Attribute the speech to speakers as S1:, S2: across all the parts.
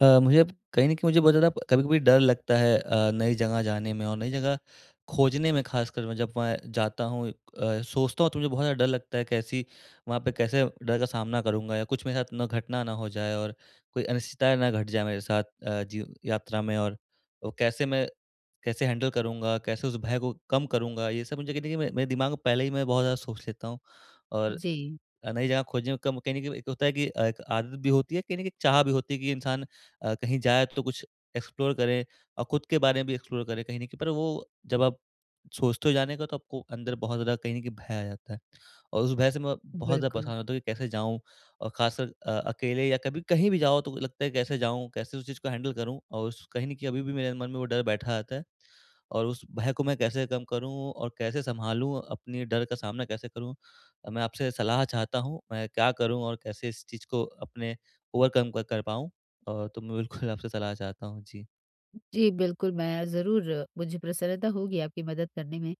S1: मुझे अब कहीं न कहीं मुझे बहुत ज़्यादा कभी-कभी डर लगता है, नई जगह जाने में और नई जगह खोजने में ख़ासकर मैं जब मैं जाता हूँ, सोचता हूँ तो मुझे बहुत ज़्यादा डर लगता है कैसी वहाँ पे कैसे डर का सामना करूँगा या कुछ मेरे साथ ना घटना ना हो जाए और कोई अनिश्चितता ना घट जाए मेरे साथ, जी यात्रा में और वो कैसे हैंडल करूँगा, कैसे उस भय को कम करूँगा, ये सब मुझे कहीं न कहीं मे मेरे दिमाग में पहले ही मैं बहुत ज़्यादा सोच लेता हूँ। और
S2: जी,
S1: नई जगह खोजने में कम कहीं न कहीं एक होता है कि एक आदत भी होती है, कहीं न कहीं चाह भी होती है कि इंसान कहीं जाए तो कुछ एक्सप्लोर करे और खुद के बारे में भी एक्सप्लोर करे कहीं न कहीं। पर वो जब आप सोचते हो जाने का तो आपको अंदर बहुत ज़्यादा कहीं न कहीं भय आ जाता है और उस भय से मैं बहुत ज़्यादा
S2: बिल्कुल।
S1: परेशान होता हूँ कि कैसे जाऊँ? और ख़ासकर अकेले या कभी कहीं भी जाओ तो लगता है कैसे जाऊँ? कैसे उस चीज़ को हैंडल करूँ? और उस कहीं न कहीं अभी भी मेरे मन में वो डर बैठा रहता है और उस भय को मैं कैसे कम करूँ और कैसे सँभालूँ? अपने डर का सामना कैसे करूँ? मैं आपसे सलाह चाहता हूँ, मैं क्या करूँ और कैसे इस चीज़ को अपने ओवरकम क कर पाऊँ? तो मैं बिल्कुल आपसे सलाह चाहता हूँ। जी।
S2: जी, बिल्कुल, मैं ज़रूर मुझे प्रसन्नता होगी आपकी मदद करने में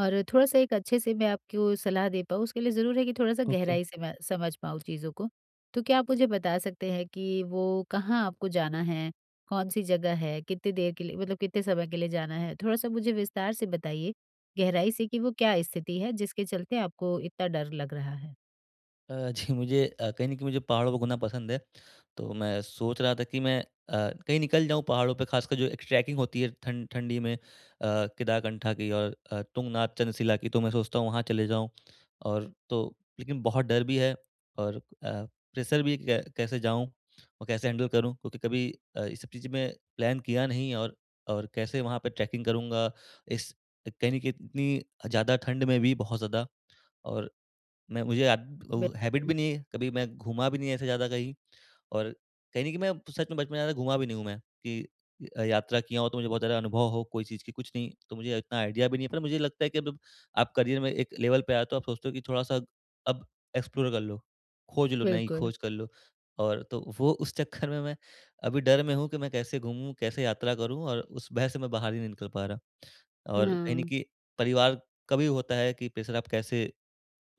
S2: और थोड़ा-सा एक अच्छे से मैं आपको सलाह दे पाऊँ, उसके लिए ज़रूर है कि थोड़ा-सा
S1: ओके।
S2: गहराई से मैं समझ पाऊँ चीज़ों को। तो क्या आप मुझे बता सकते हैं कि वो कहाँ आपको जाना है? कौन-सी जगह है? कितनी देर के लिए मतलब कितने समय के लिए जाना है? थोड़ा-सा मुझे विस्तार से बताइए, गहराई से कि वो क्या स्थिति है, जिसके चलते आपको इतना डर लग रहा है?
S1: अ, जी मुझे कहीं न कहीं मुझे पहाड़ों पे घूमना पसंद है। तो मैं सोच रहा था कि मैं कहीं निकल जाऊँ पहाड़ों पे खासकर जो एक ट्रैकिंग होती है ठंडी में, केदारकंठा की और तुंगनाथ चंद्रशिला की, तो मैं सोचता हूँ वहाँ चले जाऊँ। और तो लेकिन बहुत डर भी है और प्रेशर भी है कि कै कैसे जाऊँ और कैसे हैंडल करूँ? क्योंकि कभी ये सब चीज़ें मैं प्लान किया नहीं, और कैसे वहाँ पे ट्रैकिंग करूँगा? इस कहीं न कहीं इतनी ज़्यादा ठंड में भी बहुत ज़्यादा, और मैं मुझे याद वो हैबिट भी
S2: बिल्कुल,
S1: नहीं है, कभी मैं घूमा भी नहीं ऐसे ज़्यादा कहीं, और कहीं नहीं कि मैं सच में बचपन में ज़्यादा घूमा भी नहीं हूँ मैं कि यात्रा किया हो तो मुझे बहुत ज़्यादा अनुभव हो कोई चीज़ की, कुछ नहीं। तो मुझे इतना आइडिया भी नहीं है, पर मुझे लगता है कि जब आप करियर में एक लेवल पे आए हो तो आप सोचते हो कि थोड़ा-सा अब एक्सप्लोर कर लो, खोज लो, नई
S2: बिल्कुल।
S1: खोज कर लो। और तो वो उस चक्कर में मैं अभी डर में हूँ कि मैं कैसे घूमूँ, कैसे यात्रा करूँ और उस भय से मैं बाहर ही नहीं निकल पा रहा। और कहीं नहीं
S2: हाँ।
S1: कि परिवार का भी होता है कि प्रेशर, आप कैसे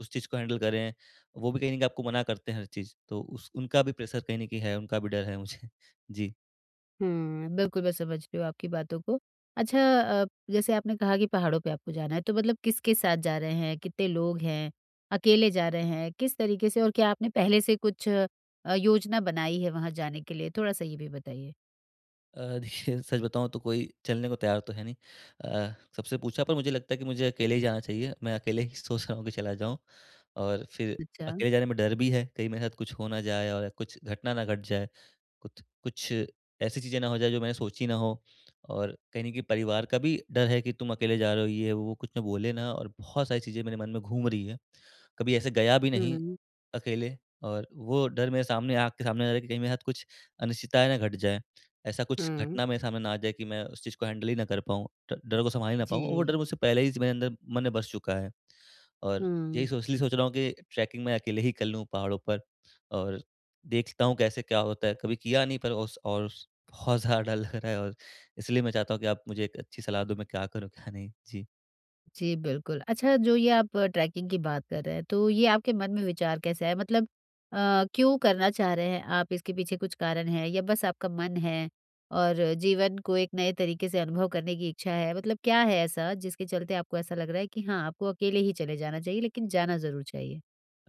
S1: उस चीज़ को हैंडल करें, वो भी कहीं न कहीं आपको मना करते हैं हर चीज़। तो उस उनका भी प्रेशर कहीं न कहीं है, उनका भी डर है मुझे। जी।
S2: हुँ, बिल्कुल मैं समझ रही हूँ आपकी बातों को। अच्छा अ, जैसे आपने कहा कि पहाड़ों पे आपको जाना है, तो मतलब किसके साथ जा रहे हैं? कितने लोग हैं? अकेले जा रहे हैं? किस तरीके से और क्या आपने पहले से कुछ योजना बनाई है वहाँ जाने के लिए? थोड़ा-सा ये भी बताइए।
S1: देखिए, सच बताऊँ तो कोई चलने को तैयार तो है नहीं। सबसे पूछा, पर मुझे लगता है कि मुझे अकेले ही जाना चाहिए। मैं अकेले ही सोच रहा हूँ कि चला जाऊँ और फिर
S2: अच्छा।
S1: अकेले जाने में डर भी है, कहीं मेरे साथ कुछ हो ना जाए और कुछ घटना ना घट जाए। कुछ कुछ ऐसी चीज़ें ना हो जाए जो मैंने सोची ना हो, और कहीं न कहीं परिवार का भी डर है कि तुम अकेले जा रहे हो, ये है, वो कुछ ना बोले ना, और बहुत सारी चीज़ें मेरे मन में घूम रही है। कभी ऐसे गया भी नहीं
S2: हुँ,
S1: अकेले, और वो डर मेरे सामने आँख के सामने आ रहा है कि कहीं मेरे साथ कुछ अनिश्चितताएँ ना घट जाए। ऐसा कुछ
S2: हुँ।
S1: घटना मेरे सामने ना आ जाए कि मैं उस चीज़ को हैंडल ही ना कर पाऊँ, ड डर को संभाल ही ना पाऊँ, और वो
S2: जी।
S1: डर मुझसे पहले ही मेरे अंदर मन में बस चुका है। और यही
S2: हुँ।
S1: सोच, इसलिए सोच रहा हूँ कि ट्रैकिंग मैं अकेले ही कर लूँ पहाड़ों पर और देखता हूँ कैसे क्या होता है। कभी किया नहीं, पर उस और उस बहुत ज़्यादा डर लग रहा है और इसलिए मैं चाहता हूँ कि आप मुझे एक अच्छी सलाह दो, मैं क्या करूँ क्या नहीं? जी।
S2: जी, बिल्कुल। अच्छा जो ये आप ट्रैकिंग की बात कर रहे हैं, तो ये आपके मन में विचार कैसा है? मतलब क्यों करना चाह रहे हैं आप? इसके पीछे कुछ कारण है या बस आपका मन है और जीवन को एक नए तरीके से अनुभव करने की इच्छा है? मतलब क्या है ऐसा जिसके चलते आपको ऐसा लग रहा है कि हाँ, आपको अकेले ही चले जाना चाहिए लेकिन जाना ज़रूर चाहिए?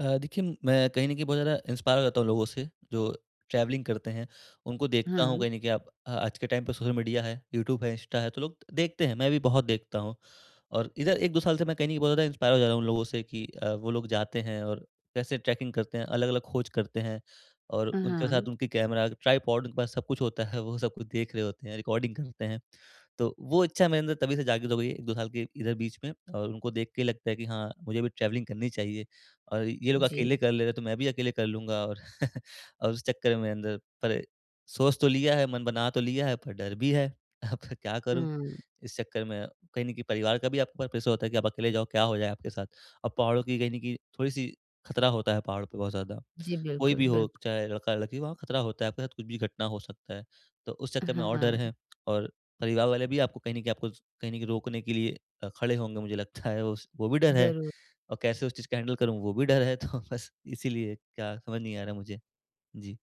S1: देखिए, मैं कहीं न कहीं बहुत ज़्यादा इंस्पायर हो जाता हूँ लोगों से जो ट्रैवलिंग करते हैं। उनको देखता हूँ
S2: हाँ।
S1: कहीं न कहीं, आप आज के टाइम पे सोशल मीडिया है, यूट्यूब है, इंस्टा है, तो लोग देखते हैं, मैं भी बहुत देखता हूँ। और इधर 1-2 साल से मैं कहीं न कहीं बहुत ज़्यादा इंस्पायर हो जा रहा हूँ उन लोगों से कि वो लोग जाते हैं और कैसे ट्रैकिंग करते हैं, अलग-अलग खोज करते हैं, और उनके
S2: हाँ,
S1: साथ उनकी कैमरा, ट्राइपॉड, उनके पास सब कुछ होता है, वो सब कुछ देख रहे होते हैं, रिकॉर्डिंग करते हैं। तो वो इच्छा मेरे अंदर तभी से जागृत हो गई है, 1-2 साल के इधर बीच में, और उनको देख के लगता है कि हाँ, मुझे भी ट्रैवलिंग करनी चाहिए। और ये लोग
S2: जी।
S1: अकेले कर ले रहे हैं, तो मैं भी अकेले कर लूँगा और और उस चक्कर में अंदर पर सोच तो लिया है, मन बना तो लिया है, पर डर भी है। अब क्या करूँ?
S2: हुँ।
S1: इस चक्कर में कहीं न कहीं परिवार का भी आपके ऊपर प्रेशर होता है कि आप अकेले जाओ, क्या हो जाए आपके साथ? और पहाड़ों की कहीं न कहीं थोड़ी-सी खतरा होता है, पहाड़ों पे बहुत ज़्यादा।
S2: जी,
S1: कोई
S2: बिल्कुल,
S1: भी हो,
S2: बिल्कुल।
S1: चाहे लड़का-लड़की, वहाँ खतरा होता है, आपके साथ कुछ भी घटना हो सकता है। तो उस चक्कर में और डर
S2: हाँ,
S1: है, और परिवार वाले भी आपको कहीं न कहीं, आपको कहीं न कहीं रोकने के लिए खड़े होंगे मुझे लगता है, उस वो भी डर है।
S2: ज़रूर।
S1: और कैसे उस चीज़ को हैंडल करूँ, वो भी डर है, तो बस इसीलिए क्या समझ नहीं आ रहा मुझे। जी।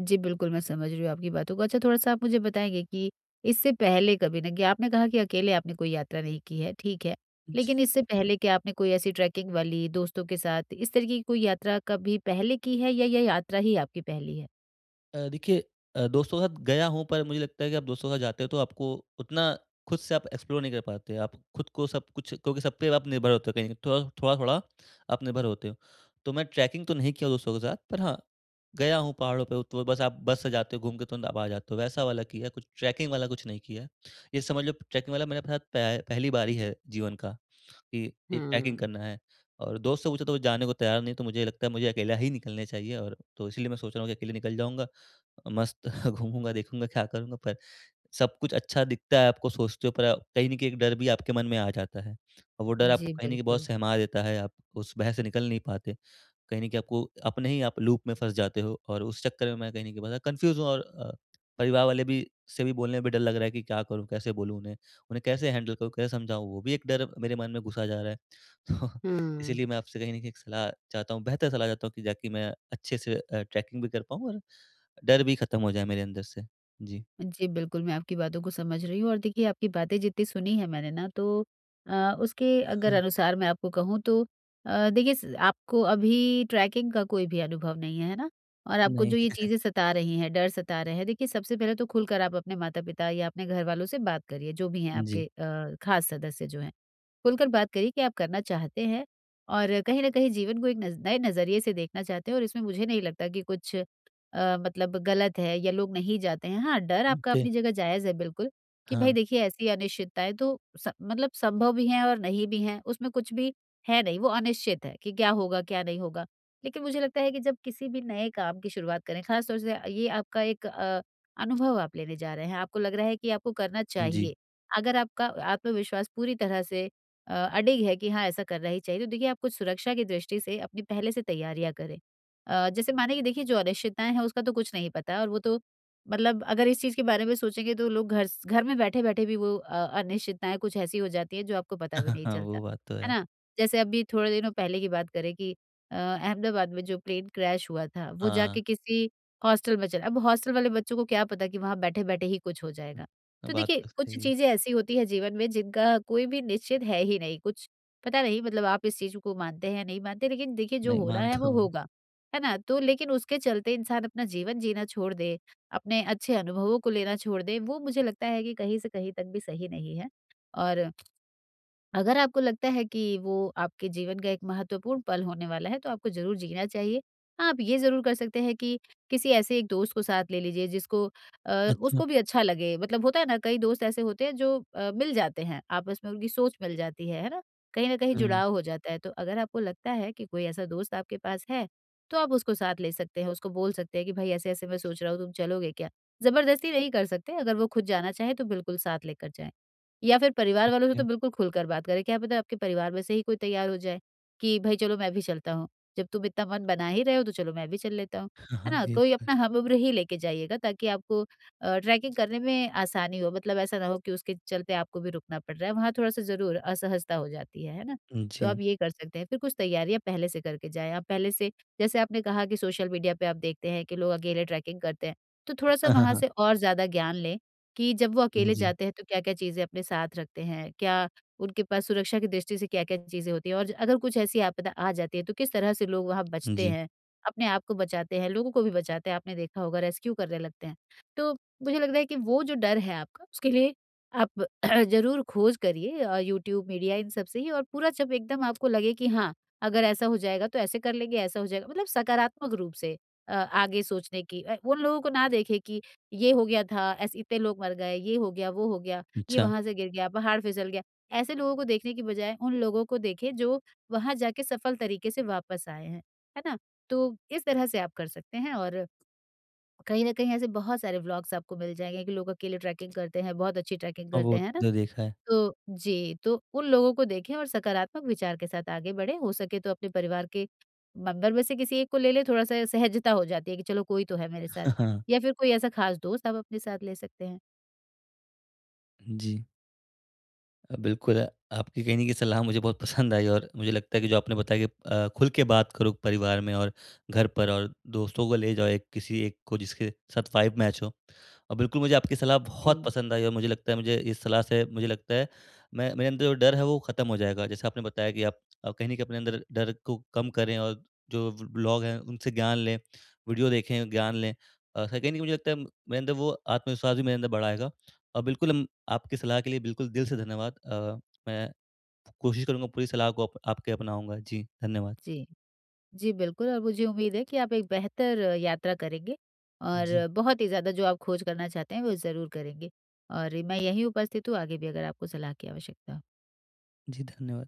S2: जी, बिल्कुल, मैं समझ रही हूँ आपकी बातों को। अच्छा थोड़ा-सा आप मुझे बताएँगे कि इससे पहले कभी ना कि आपने कहा कि अकेले आपने कोई यात्रा नहीं की है, ठीक है।
S1: जी।
S2: लेकिन इससे पहले क्या आपने कोई ऐसी ट्रैकिंग वाली, दोस्तों के साथ इस तरीके की कोई यात्रा कभी पहले की है या ये यात्रा ही आपकी पहली है?
S1: देखिए, दोस्तों के साथ गया हूँ, पर मुझे लगता है कि आप दोस्तों के साथ जाते हो तो आपको उतना खुद से आप एक्सप्लोर नहीं कर पाते। आप खुद को सब कुछ, क्योंकि सब पे आप निर्भर होते हो कहीं, थोड़ा-थोड़ा आप निर्भर होते हो। तो मैं ट्रैकिंग तो नहीं किया दोस्तों के साथ, पर हाँ, गया हूँ पहाड़ों पे, तो बस आप बस से जाते हो, घूम के तुरंत आप आ जाते हो। वैसा वाला किया है, कुछ ट्रैकिंग वाला कुछ नहीं किया है। ये समझ लो ट्रैकिंग वाला मेरे साथ पह पहली बार ही है जीवन का। कि ये पैकिंग
S2: हुँ।
S1: करना है, और दोस्त से पूछा तो वो जाने को तैयार नहीं, तो मुझे लगता है मुझे अकेला ही निकलने चाहिए, और तो इसलिए मैं सोच रहा हूँ कि अकेले निकल जाऊँगा। मस्त घूमूँगा, देखूँगा क्या करूँगा, पर सब कुछ अच्छा दिखता है आपको सोचते हो, पर कहीं न कहीं एक डर भी आपके मन में आ जाता है। और वो डर
S2: जी,
S1: आपको कहीं न कहीं
S2: बिल्कुल।
S1: बहुत सहमा देता है, आप उस भय से निकल नहीं पाते। कहीं न कहीं आपको अपने ही आप लूप में फँस जाते हो, और उस चक्कर में मैं कहीं न कहीं बड़ा कन्फ्यूज़ हूँ, और परिवार वाले भी से भी बोलने में भी डर लग रहा है कि क्या करूँ, कैसे बोलूँ उन्हें? उन्हें कैसे हैंडल करूँ, कैसे समझाऊँ? वो भी एक डर मेरे मन में घुसा जा रहा है। तो
S2: हुँ।
S1: इसीलिए मैं आपसे कहीं न कहीं एक सलाह चाहता हूँ, बेहतर सलाह चाहता हूँ, कि ताकि मैं अच्छे से ट्रैकिंग भी कर पाऊँ और डर भी खत्म हो जाए मेरे अंदर से। जी।
S2: जी, बिल्कुल, मैं आपकी बातों को समझ रही हूँ और देखिए आपकी बातें जितनी सुनी है मैंने ना तो उसके अगर
S1: हाँ,
S2: अनुसार मैं आपको कहूँ तो देखिए स आपको अभी ट्रैकिंग का कोई भी अनुभव नहीं है, है ना? और आपको जो
S1: नहीं।
S2: ये चीज़ें सता रही हैं, डर सता रहे हैं, देखिए सबसे पहले तो खुलकर आप अपने माता-पिता या अपने घरवालों से बात करिए, जो भी हैं आपके
S1: जी,
S2: ख़ास सदस्य जो हैं। खुलकर बात करिए कि आप करना चाहते हैं और कहीं न कहीं जीवन को एक नज़ नए नज़रिए से देखना चाहते हैं और इसमें मुझे नहीं लगता कि कुछ मतलब गलत है या लोग नहीं जाते हैं। हाँ, डर आपका
S1: ओके,
S2: अपनी जगह जायज़ है बिल्कुल, कि भई
S1: हाँ,
S2: देखिए ऐसी अनिश्चितताएँ तो स मतलब संभव भी हैं और नहीं भी हैं, उसमें कुछ भी है नहीं, वो अनिश्चित है कि क्या होगा, क्या नहीं होगा। लेकिन मुझे लगता है कि जब किसी भी नए काम की शुरुआत करें, ख़ास तौर से ये आपका एक अनुभव आप लेने जा रहे हैं, आपको लग रहा है कि आपको करना
S1: जी।
S2: चाहिए। अगर आपका आत्मविश्वास पूरी तरह से अडिग है कि हाँ, ऐसा करना ही चाहिए, तो देखिए आप कुछ सुरक्षा की दृष्टि से अपनी पहले से तैयारियाँ करें। जैसे माने कि देखिए जो अनिश्चितताएँ हैं उसका तो कुछ नहीं पता और वो तो मतलब अगर इस चीज़ के बारे में सोचेंगे तो लोग घर स घर में बैठे-बैठे भी वो अनिश्चितताएँ कुछ ऐसी हो जाती हैं जो आपको पता भी नहीं
S1: हाँ,
S2: चलता,
S1: वो बात तो
S2: है
S1: है।
S2: ना? जैसे अभी थोड़े दिनों पहले की बात करें कि अहमदाबाद में जो प्लेन क्रैश हुआ था, वो
S1: हाँ,
S2: जाके किसी हॉस्टल में चला अब हॉस्टल वाले बच्चों को क्या पता कि वहाँ बैठे-बैठे ही कुछ हो जाएगा।
S1: हाँ,
S2: तो
S1: बात
S2: देखिए,
S1: तो
S2: कुछ
S1: सही है।
S2: चीज़ें ऐसी होती हैं जीवन में जिनका कोई भी निश्चित है ही नहीं कुछ, पता नहीं मतलब आप इस चीज़ को मानते हैं या नहीं मानते, लेकिन देखिए जो
S1: नहीं,
S2: होना है
S1: मानता
S2: वो
S1: हूँ।
S2: होगा, है ना? तो लेकिन उसके चलते इंसान अपना जीवन जीना छोड़ दे, अपने अच्छे अनुभवों को लेना छोड़ दे, वो मुझे लगता है कि कहीं से कहीं तक भी सही नहीं है। और अगर आपको लगता है कि वो आपके जीवन का एक महत्वपूर्ण पल होने वाला है, तो आपको ज़रूर जीना चाहिए। हाँ, आप ये ज़रूर कर सकते हैं कि किसी ऐसे एक दोस्त को साथ ले लीजिए जिसको अ,
S1: अच्छा,
S2: उसको भी अच्छा लगे। मतलब होता है ना, कई दोस्त ऐसे होते हैं जो मिल जाते हैं, आपस में उनकी सोच मिल जाती है ना? कहीं न कहीं
S1: हुँ,
S2: जुड़ाव हो जाता है। तो अगर आपको लगता है कि कोई ऐसा दोस्त आपके पास है, तो आप उसको साथ ले सकते हैं, उसको बोल सकते हैं कि भई ऐसे-ऐसे मैं सोच रहा हूँ, तुम चलोगे क्या? ज़बरदस्ती नहीं कर सकते, अगर वो खुद जाना चाहे तो बिल्कुल साथ लेकर जाएँ। या फिर परिवार वालों से
S1: ओके।
S2: तो बिल्कुल खुलकर बात करें, क्या पता आपके परिवार में से ही कोई तैयार हो जाए, कि भई चलो मैं भी चलता हूँ, जब तुम इतना मन बना ही रहे हो तो चलो मैं भी चल लेता हूँ,
S1: हाँ,
S2: है
S1: हाँ,
S2: ना?
S1: ये
S2: कोई अपना हम-उम्र ही लेके जाइएगा ताकि आपको ट्रैकिंग करने में आसानी हो, मतलब ऐसा ना हो कि उसके चलते आपको भी रुकना पड़ रहा है, वहाँ थोड़ा-सा ज़रूर असहजता हो जाती है ना?
S1: तो,
S2: तो
S1: जी।
S2: आप ये कर सकते हैं, फिर कुछ तैयारियाँ पहले से करके जाएँ, आप पहले से जैसे आपने कहा कि सोशल मीडिया पे आप देखते हैं कि लोग अकेले ट्रैकिंग करते हैं, तो थोड़ा-सा
S1: हाँ, हाँ,
S2: वहाँ
S1: हाँ,
S2: से और ज़्यादा ज्ञान लें कि जब वो अकेले
S1: जी,
S2: जाते हैं जी। तो क्या-क्या चीज़ें अपने साथ रखते हैं? क्या उनके पास सुरक्षा की दृष्टि से क्या-क्या चीज़ें होती हैं? और अगर कुछ ऐसी आपदा आ जाती है तो किस तरह से लोग वहाँ बचते
S1: जी,
S2: हैं? अपने आप को बचाते हैं, लोगों को भी बचाते हैं, आपने देखा होगा रेस्क्यू करने लगते हैं। तो मुझे लगता है कि वो जो डर है आपका उसके लिए आप ज़रूर खोज करिए यूट्यूब, मीडिया इन सब से ही और पूरा जब एकदम आपको लगे कि हाँ, अगर ऐसा हो जाएगा तो ऐसे कर लेंगे, ऐसा हो जाएगा मतलब सकारात्मक रूप से आगे सोचने की उन लोगों को ना देखें कि ये हो गया था, ऐसे इतने लोग मर गए, ये हो गया, वो हो गया, ये
S1: अच्छा।
S2: वहाँ से गिर गया, पहाड़ फिसल गया। ऐसे लोगों को देखने की बजाय उन लोगों को देखें जो वहाँ जाके सफल तरीके से वापस आए हैं, है ना? तो इस तरह से आप कर सकते हैं और कहीं न कहीं ऐसे बहुत सारे व्लॉग्स आपको मिल जाएँगे कि लोग अकेले ट्रैकिंग करते हैं, बहुत अच्छी ट्रैकिंग
S1: हाँ,
S2: करते
S1: वो
S2: हैं, है ना?
S1: तो देखा है।
S2: तो जी, तो उन लोगों को देखें और सकारात्मक विचार के साथ आगे बढ़ें। हो सके तो अपने परिवार के मेंबर में से किसी एक को ले लें, थोड़ा-सा सहजता हो जाती है कि चलो कोई तो है मेरे साथ
S1: हाँ, हाँ,
S2: या फिर कोई ऐसा ख़ास दोस्त आप अपने साथ ले सकते हैं।
S1: जी। बिल्कुल, आपकी कहीं न कहीं सलाह मुझे बहुत पसंद आई, और मुझे लगता है कि जो आपने बताया कि खुल के बात करो परिवार में और घर पर, और दोस्तों को ले जाओ एक, किसी एक को जिसके साथ वाइब मैच हो। और बिल्कुल मुझे आपकी सलाह
S2: जी।
S1: बहुत पसंद आई, और मुझे लगता है, मुझे इस सलाह से मुझे लगता है मैं, मेरे अंदर जो डर है वो ख़त्म हो जाएगा। जैसे आपने बताया कि आप कहीं न कहीं अपने अंदर डर को कम करें, और जो व ब्लॉग हैं उनसे ज्ञान लें, वीडियो देखें, ज्ञान लें। कहीं न कहीं मुझे लगता है मेरे अंदर वो आत्मविश्वास भी मेरे अंदर बढ़ाएगा। बिल्कुल हम आपकी सलाह के लिए बिल्कुल दिल से धन्यवाद। मैं कोशिश करूँगा पूरी सलाह को अप आपके अपनाऊँगा। जी, धन्यवाद।
S2: जी। जी, बिल्कुल और मुझे उम्मीद है कि आप एक बेहतर यात्रा करेंगे
S1: जी,
S2: और बहुत ही ज़्यादा जो आप खोज करना चाहते हैं, वो ज़रूर करेंगे और मैं यहीं उपस्थित हूँ, आगे भी अगर आपको सलाह की आवश्यकता हो।
S1: जी धन्यवाद।